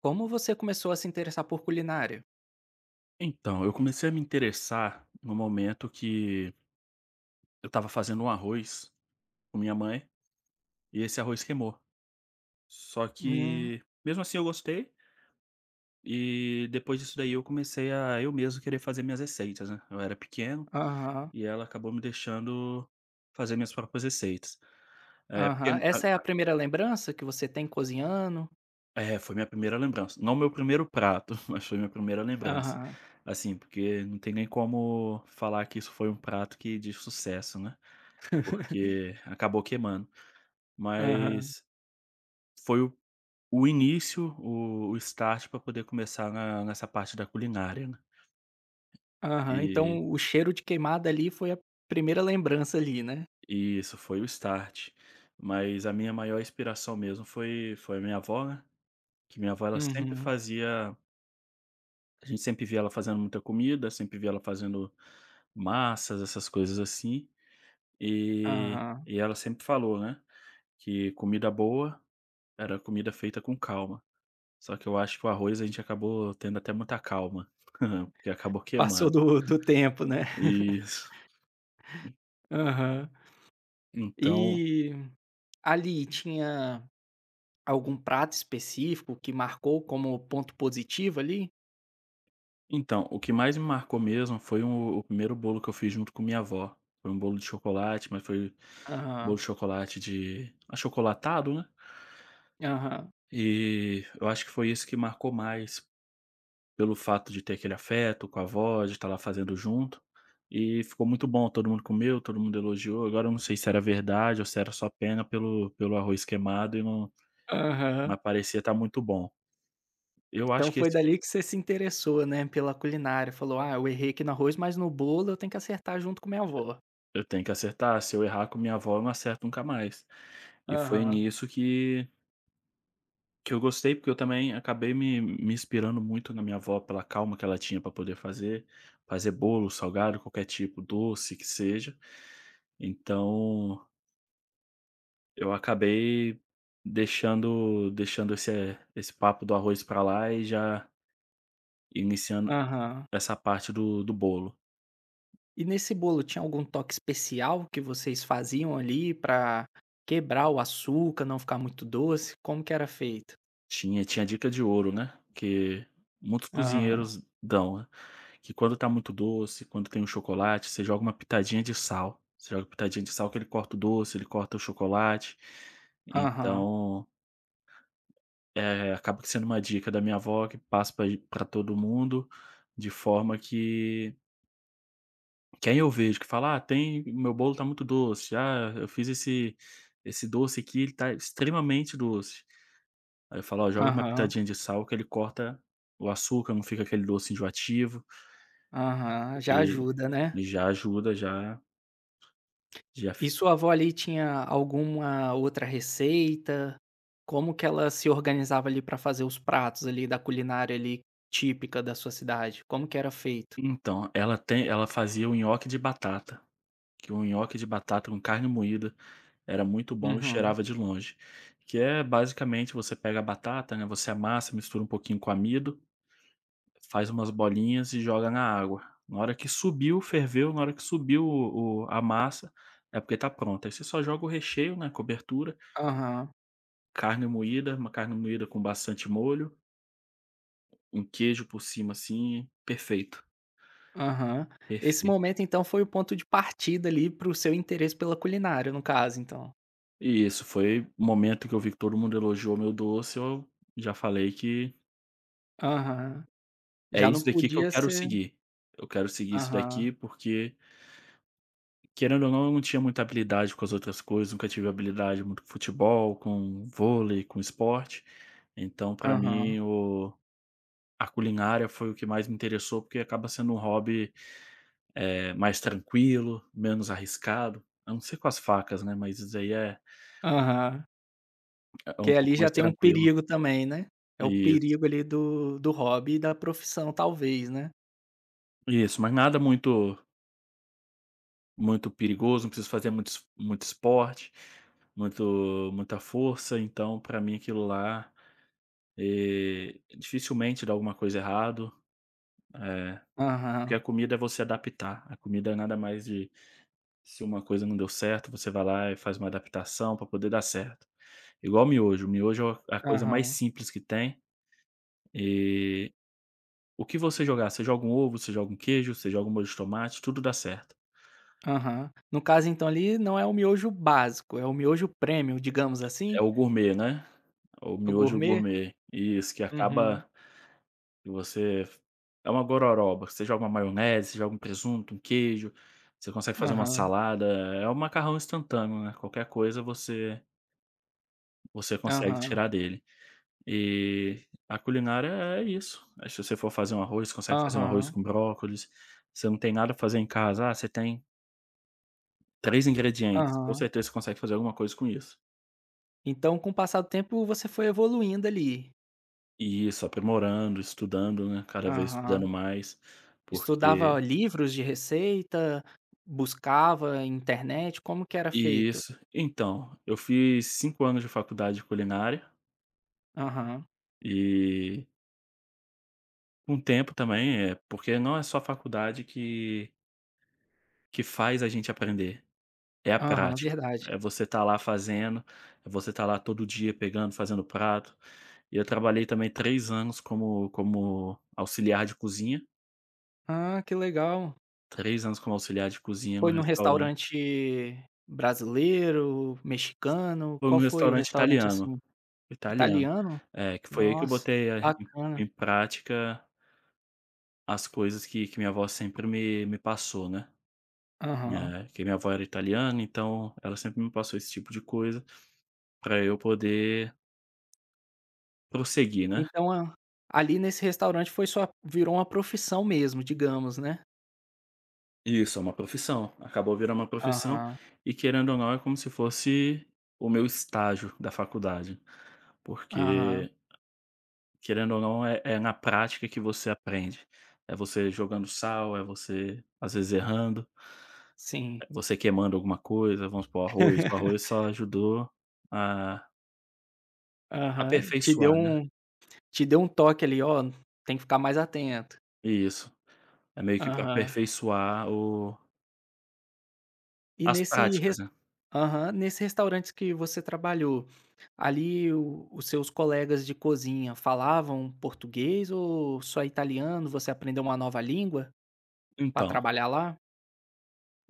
Como você começou a se interessar por culinária? Então, eu comecei a me interessar no momento que eu estava fazendo um arroz com minha mãe e esse arroz queimou. Só Hum. que, mesmo assim, eu gostei. E depois disso daí eu comecei a eu mesmo querer fazer minhas receitas, né? Eu era pequeno Aham, e ela acabou me deixando fazer minhas próprias receitas. É, porque, aham. Essa é a primeira lembrança que você tem cozinhando? é, foi minha primeira lembrança. Não meu primeiro prato, mas foi minha primeira lembrança. Aham, Assim, porque não tem nem como falar que isso foi um prato que de sucesso, né? Porque acabou queimando. aham, Mas foi o início, o start para poder começar na nessa parte da culinária, né. aham. E Então o cheiro de queimada ali foi a primeira lembrança ali, né? e isso, foi o start. Mas a minha maior inspiração mesmo foi a minha avó, né, que minha avó ela sempre Uhum, fazia, a gente sempre via ela fazendo muita comida, sempre via ela fazendo massas, essas coisas assim. E aham. e ela sempre falou, né, que comida boa era comida feita com calma. Só que eu acho que o arroz a gente acabou tendo até muita calma, porque acabou Passou queimando. do tempo, né? Isso. Aham. Então E ali tinha algum prato específico que marcou como ponto positivo ali? então, o que mais me marcou mesmo foi o primeiro bolo que eu fiz junto com minha avó. Foi um bolo de chocolate, mas foi bolo de Aham, chocolate de achocolatado, né. aham, E eu acho que foi isso que marcou mais, pelo fato de ter aquele afeto com a avó, de estar lá fazendo junto, e ficou muito bom, todo mundo comeu, todo mundo elogiou. Agora eu não sei se era verdade ou se era só pena pelo arroz queimado e não. aham. Mas parecia estar muito bom. Eu Então acho que foi esse, dali que você se interessou, né, pela culinária, falou: "Ah, eu errei aqui no arroz, mas no bolo eu tenho que acertar junto com minha avó". eu tenho que acertar, se eu errar com minha avó eu não acerto nunca mais. E foi Aham. nisso que eu gostei, porque eu também acabei me inspirando muito na minha avó pela calma que ela tinha para poder fazer, fazer bolo, salgado, qualquer tipo, doce que seja. Então, eu acabei deixando esse papo do arroz para lá e já iniciando Aham. essa parte do bolo. E nesse bolo tinha algum toque especial que vocês faziam ali pra quebrar o açúcar, não ficar muito doce? Como que era feito? Tinha dica de ouro, né, que muitos Aham, cozinheiros dão, né, que quando tá muito doce, quando tem um chocolate, você joga uma pitadinha de sal. Você joga pitadinha de sal que ele corta o doce, ele corta o chocolate. aham, Então, acaba que sendo uma dica da minha avó que passa pra todo mundo, de forma que quem eu vejo que fala: "Ah, tem, meu bolo tá muito doce. Ah, eu fiz esse doce aqui, ele tá extremamente doce". Aí eu falo: "Ó, joga uma aham, pitadinha de sal que ele corta o açúcar, não fica aquele doce enjoativo", aham. Já e ajuda, né? e já ajuda, já já f E sua avó ali tinha alguma outra receita? Como que ela se organizava ali pra fazer os pratos ali da culinária ali típica da sua cidade? Como que era feito? Então, ela fazia o nhoque de batata, que o nhoque de batata com carne moída era muito bom e Uhum. cheirava de longe, que é basicamente você pega a batata, né, você amassa, mistura um pouquinho com amido, faz umas bolinhas e joga na água. Na hora que subiu, ferveu, na hora que subiu o a massa, é porque tá pronta. Aí você só joga o recheio, né, cobertura, Aham, carne moída, uma carne moída com bastante molho, um queijo por cima, assim, perfeito, aham. Esse perfeito. momento então foi o ponto de partida ali para o seu interesse pela culinária no caso então? E isso, foi o momento que eu vi que todo mundo elogiou meu doce, eu já falei que Aham. é Já não isso daqui que eu podia quero ser seguir. Eu quero seguir isso daqui aham, porque, querendo ou não, eu não tinha muita habilidade com as outras coisas, nunca tive habilidade muito com futebol, com vôlei, com esporte. Então, para aham, mim, o a culinária foi o que mais me interessou, porque acaba sendo um hobby. Mais tranquilo, menos arriscado, a não ser com as facas, né, mas isso aí é aham. Que um ali pouco já mais tem um tranquilo. perigo também, né? É o Isso, perigo ali do hobby e da profissão talvez, né? isso, mas nada muito muito perigoso, não preciso fazer muito esporte, muito muita força, então pra mim aquilo lá, dificilmente dá alguma coisa errado, eh, porque Aham. a comida é você adaptar, a comida é nada mais, de se uma coisa não deu certo, você vai lá e faz uma adaptação pra poder dar certo. Igual o miojo é a coisa mais Aham, simples que tem. Eh, o que você jogar, você joga um ovo, você joga um queijo, você joga um molho de tomate, tudo dá certo. aham. No caso então ali não é o miojo básico, é o miojo premium, digamos assim? É o gourmet, né, o É o miojo gourmet? gourmet. Isso, que Uhum. acaba que você é uma gororoba, você joga uma maionese, você joga um presunto, um queijo, você consegue fazer uma Aham, salada, é o macarrão instantâneo, né, qualquer coisa você consegue aham, tirar dele. E a culinária é isso, se você for fazer um arroz, você consegue fazer um arroz aham, com brócolis, você não tem nada pra fazer em casa, ah, você tem 3 ingredientes, com aham. certeza você consegue fazer alguma coisa com isso. Então com o passar do tempo você foi evoluindo ali? E isso, aprimorando, estudando, né, cada vez estudando Aham. mais, porque, Estudava livros de receita, buscava internet, como que era e feito? isso. Então, eu fiz 5 anos de faculdade de culinária, Aham, e com o tempo também, é porque não é só a faculdade que faz a gente aprender, é a aham, prática. verdade. É você estar lá fazendo, é você estar lá todo dia pegando, fazendo prato. E eu trabalhei também 3 anos como auxiliar de cozinha. Ah, que legal. Três anos como auxiliar de cozinha num Foi num restaurante restaurante brasileiro, mexicano, foi qual num foi o restaurante restaurante italiano, assim? italiano. Italiano? É, que foi aí que eu Nossa, botei, em bacana. Prática as coisas que minha avó sempre me passou, né. Aham. Que minha avó era italiana, então ela sempre me passou esse tipo de coisa pra eu poder prosseguir, né. Então a ali nesse restaurante foi sua virou uma profissão mesmo, digamos, né? Isso, é uma profissão, acabou virando uma profissão Aham, e querendo ou não é como se fosse o meu estágio da faculdade, aham, porque querendo ou não, é na prática que você aprende. É você jogando sal, é você, às vezes, errando, sim. é você queimando alguma coisa, vamos supor, arroz. O arroz só ajudou a Aham. Aperfeiçoar, né. Te deu um toque ali: "Ó, tem que ficar mais atento". Isso. É meio que para Aham. aperfeiçoar o E as nesse res práticas, né. aham, nesse restaurante que você trabalhou, ali o os seus colegas de cozinha falavam português ou só italiano? Você aprendeu uma nova língua para Então, trabalhar lá?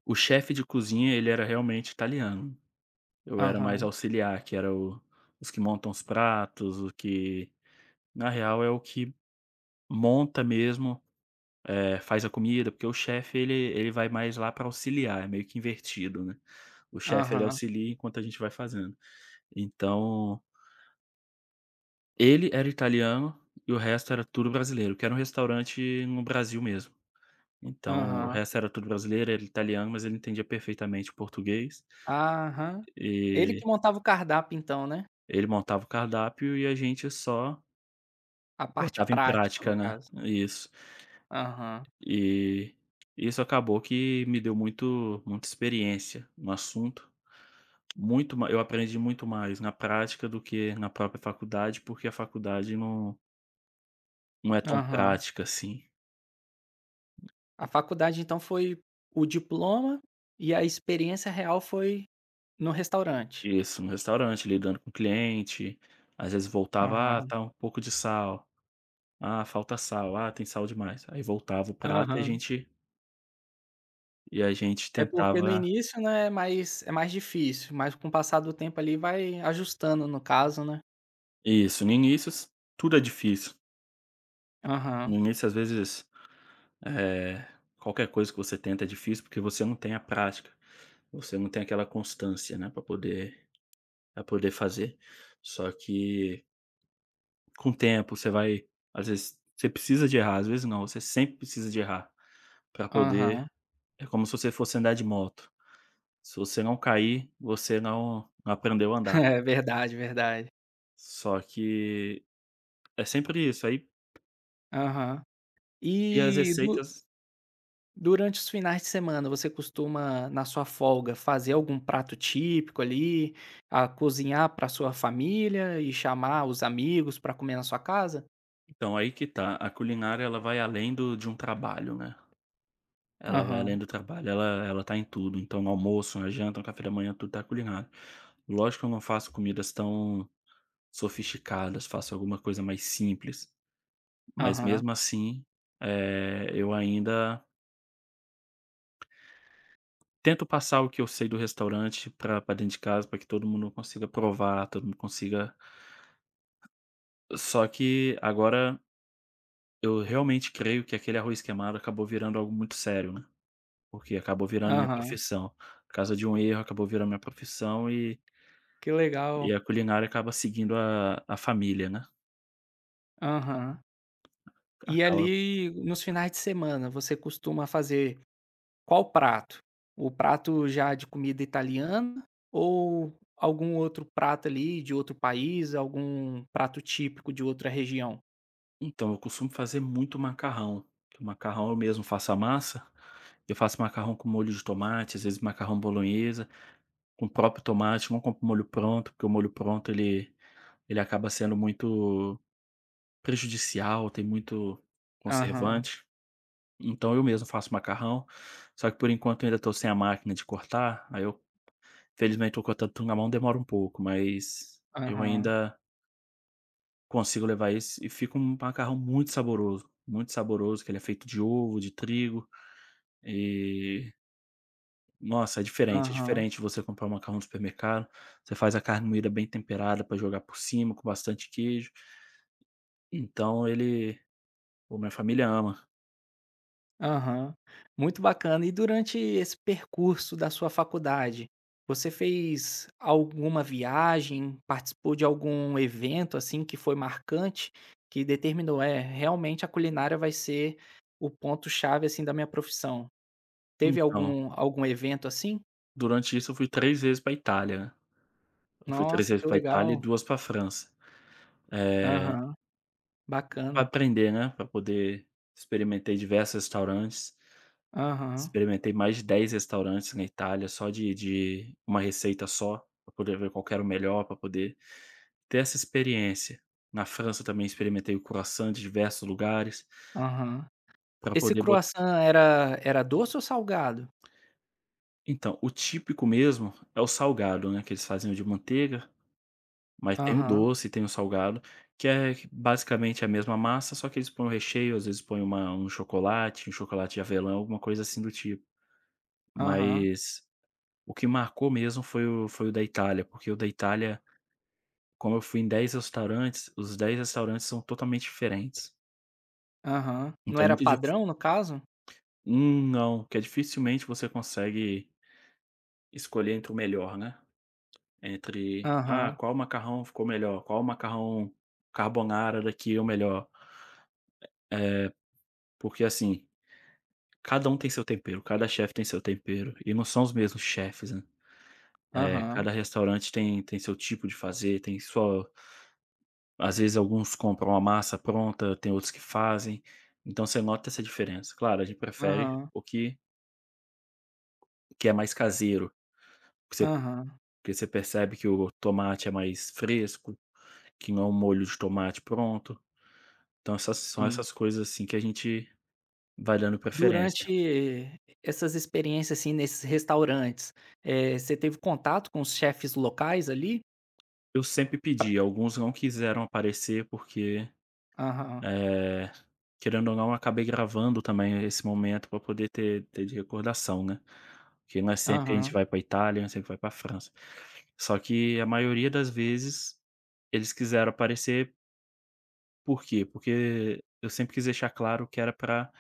o chefe de cozinha, ele era realmente italiano. Eu era mais Aham, auxiliar, que era o os que montam os pratos, o que na real é o que monta mesmo, é, faz a comida, porque o chefe ele vai mais lá para auxiliar, é meio que invertido, né. O chefe ele aham. auxilia enquanto a gente vai fazendo. Então, ele era italiano e o resto era tudo brasileiro, que era um restaurante no Brasil mesmo. Então, o Aham. resto era tudo brasileiro, era italiano, mas ele entendia perfeitamente o português, Aham. Ele que e montava o cardápio então, né? ele montava o cardápio e a gente só A parte botava em prática no prática, né. caso. Isso. Aham, E isso acabou que me deu muito muita experiência no assunto. Muito ma Eu aprendi muito mais na prática do que na própria faculdade, porque a faculdade não é tão aham. prática assim. A faculdade então foi o diploma e a experiência real foi no restaurante. Isso, no restaurante, lidando com cliente, às vezes voltava: "Ah, Aham, tá um pouco de sal. Ah, falta sal. Ah, tem sal demais". Aí voltava o prato aham. E a gente É porque no tentava. início, né, é mais difícil, mas com o passar do tempo ali vai ajustando no caso, né? Isso, no início s tudo é difícil. No Aham, início, às vezes, eh, qualquer coisa que você tenta é difícil, porque você não tem a prática, você não tem aquela constância, né, para poder Pra poder fazer, só que com o tempo você vai às vezes você precisa de errar, às vezes não, você sempre precisa de errar, para poder, aham. é como se você fosse andar de moto, se você não cair, você não aprendeu a andar. É verdade, verdade. Só que é sempre isso, aí, Aham. e as E do receitas, Durante os finais de semana, você costuma, na sua folga, fazer algum prato típico ali, a cozinhar para sua família e chamar os amigos para comer na sua casa? então, aí que tá, a culinária ela vai além do de um trabalho, né, ela vai Aham, além do trabalho, ela tá em tudo, então no almoço, na janta, no café da manhã, tudo tá culinário. Lógico que eu não faço comidas tão sofisticadas, faço alguma coisa mais simples, mas aham, mesmo assim, eu ainda tento passar o que eu sei do restaurante para pra dentro de casa, para que todo mundo consiga provar, todo mundo consiga, só que agora eu realmente creio que aquele arroz queimado acabou virando algo muito sério, né, porque acabou virando minha aham. profissão. Por causa de um erro, acabou virando minha profissão e Que legal. a culinária acaba seguindo a família, né, Aham. E acaba. ali, nos finais de semana, você costuma fazer qual prato? O prato já de comida italiana ou algum outro prato ali de outro país, algum prato típico de outra região? Então, eu costumo fazer muito macarrão, que o macarrão eu mesmo faço a massa, eu faço macarrão com molho de tomate, às vezes macarrão bolonhesa, com o próprio tomate, não compro molho pronto, porque o molho pronto ele acaba sendo muito prejudicial, tem muito Aham, conservante. Então eu mesmo faço macarrão, só que por enquanto eu ainda estou sem a máquina de cortar, aí eu felizmente estou cortando tudo na mão, demora um pouco, mas eu aham. ainda consigo levar esse, e fica um macarrão muito saboroso, que ele é feito de ovo, de trigo e, nossa, é Aham, diferente você comprar um macarrão no supermercado, você faz a carne moída bem temperada para jogar por cima, com bastante queijo, então ele, pô, minha família ama. aham. Muito bacana. E durante esse percurso da sua faculdade, você fez alguma viagem, participou de algum evento, assim, que foi marcante, que determinou: "É, realmente a culinária vai ser o ponto chave, assim, da minha profissão"? Teve Então, algum evento assim? durante isso eu fui 3 vezes para Itália, né, eu fui 3 Nossa, vezes que para Itália e legal. 2 pra França, eh, Aham, pra bacana. aprender, né, para poder, experimentei diversos restaurantes. Aham, Experimentei mais de 10 restaurantes na Itália só de uma receita só, para poder ver qual que era o melhor, para poder ter essa experiência. Na França também experimentei o croissant de diversos lugares, aham. para Esse poder botar, croissant era doce ou salgado? então, o típico mesmo é o salgado, né, que eles faziam de manteiga, mas tem o Aham, doce, tem o salgado, que é basicamente a mesma massa, só que eles põem o recheio, às vezes põem uma um chocolate de avelã, alguma coisa assim do tipo. aham. Mas o que marcou mesmo foi o da Itália, porque o da Itália, como eu fui em 10 restaurantes, os 10 restaurantes são totalmente diferentes. Aham. Não Então é era muito dif padrão, no caso? Não, que é dificilmente você consegue escolher entre o melhor, né, entre: "Ah, Aham, qual macarrão ficou melhor? Qual macarrão carbonara daqui é o melhor?". Porque, assim, cada um tem seu tempero, cada chefe tem seu tempero, e não são os mesmos chefes, né. Eh, aham, cada restaurante tem seu tipo de fazer, tem sua. Às vezes alguns compram a massa pronta, tem outros que fazem, então você nota essa diferença. Claro, a gente prefere aham, o que é mais caseiro, que você aham, que você percebe que o tomate é mais fresco, que não é um molho de tomate pronto. Então essas são sim. essas coisas, assim, que a gente vai dando preferência. Durante essas experiências, assim, nesses restaurantes, você teve contato com os chefes locais ali? Eu sempre pedi, alguns não quiseram aparecer porque, Aham, eh, querendo ou não, eu acabei gravando também esse momento para poder ter de recordação, né. Porque nós sempre, a gente aham, vai pra Itália, nós sempre vai pra França. Só que a maioria das vezes, eles quiseram aparecer, por quê? Porque eu sempre quis deixar claro que era pra,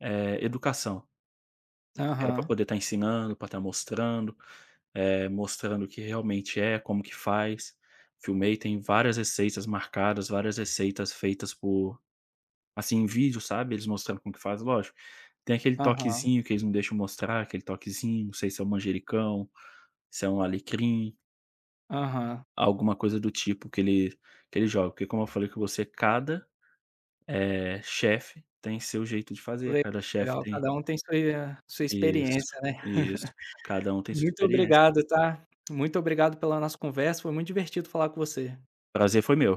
educação, que era pra aham, poder estar ensinando, pra estar mostrando, mostrando o que realmente é, como que faz. Filmei, tem várias receitas marcadas, várias receitas feitas por, assim, em vídeo, sabe, eles mostrando como que faz, lógico, tem aquele aham, toquezinho que eles não deixam mostrar, aquele toquezinho, não sei se é o manjericão, se é um alecrim, aham. alguma coisa do tipo que ele joga, porque como eu falei com você, cada, chefe tem seu jeito de fazer, Legal, cada chefe legal. tem, Cada um tem sua isso, experiência, né. isso, cada um tem sua Muito experiência. obrigado, tá. Muito obrigado pela nossa conversa, foi muito divertido falar com você. Prazer foi meu.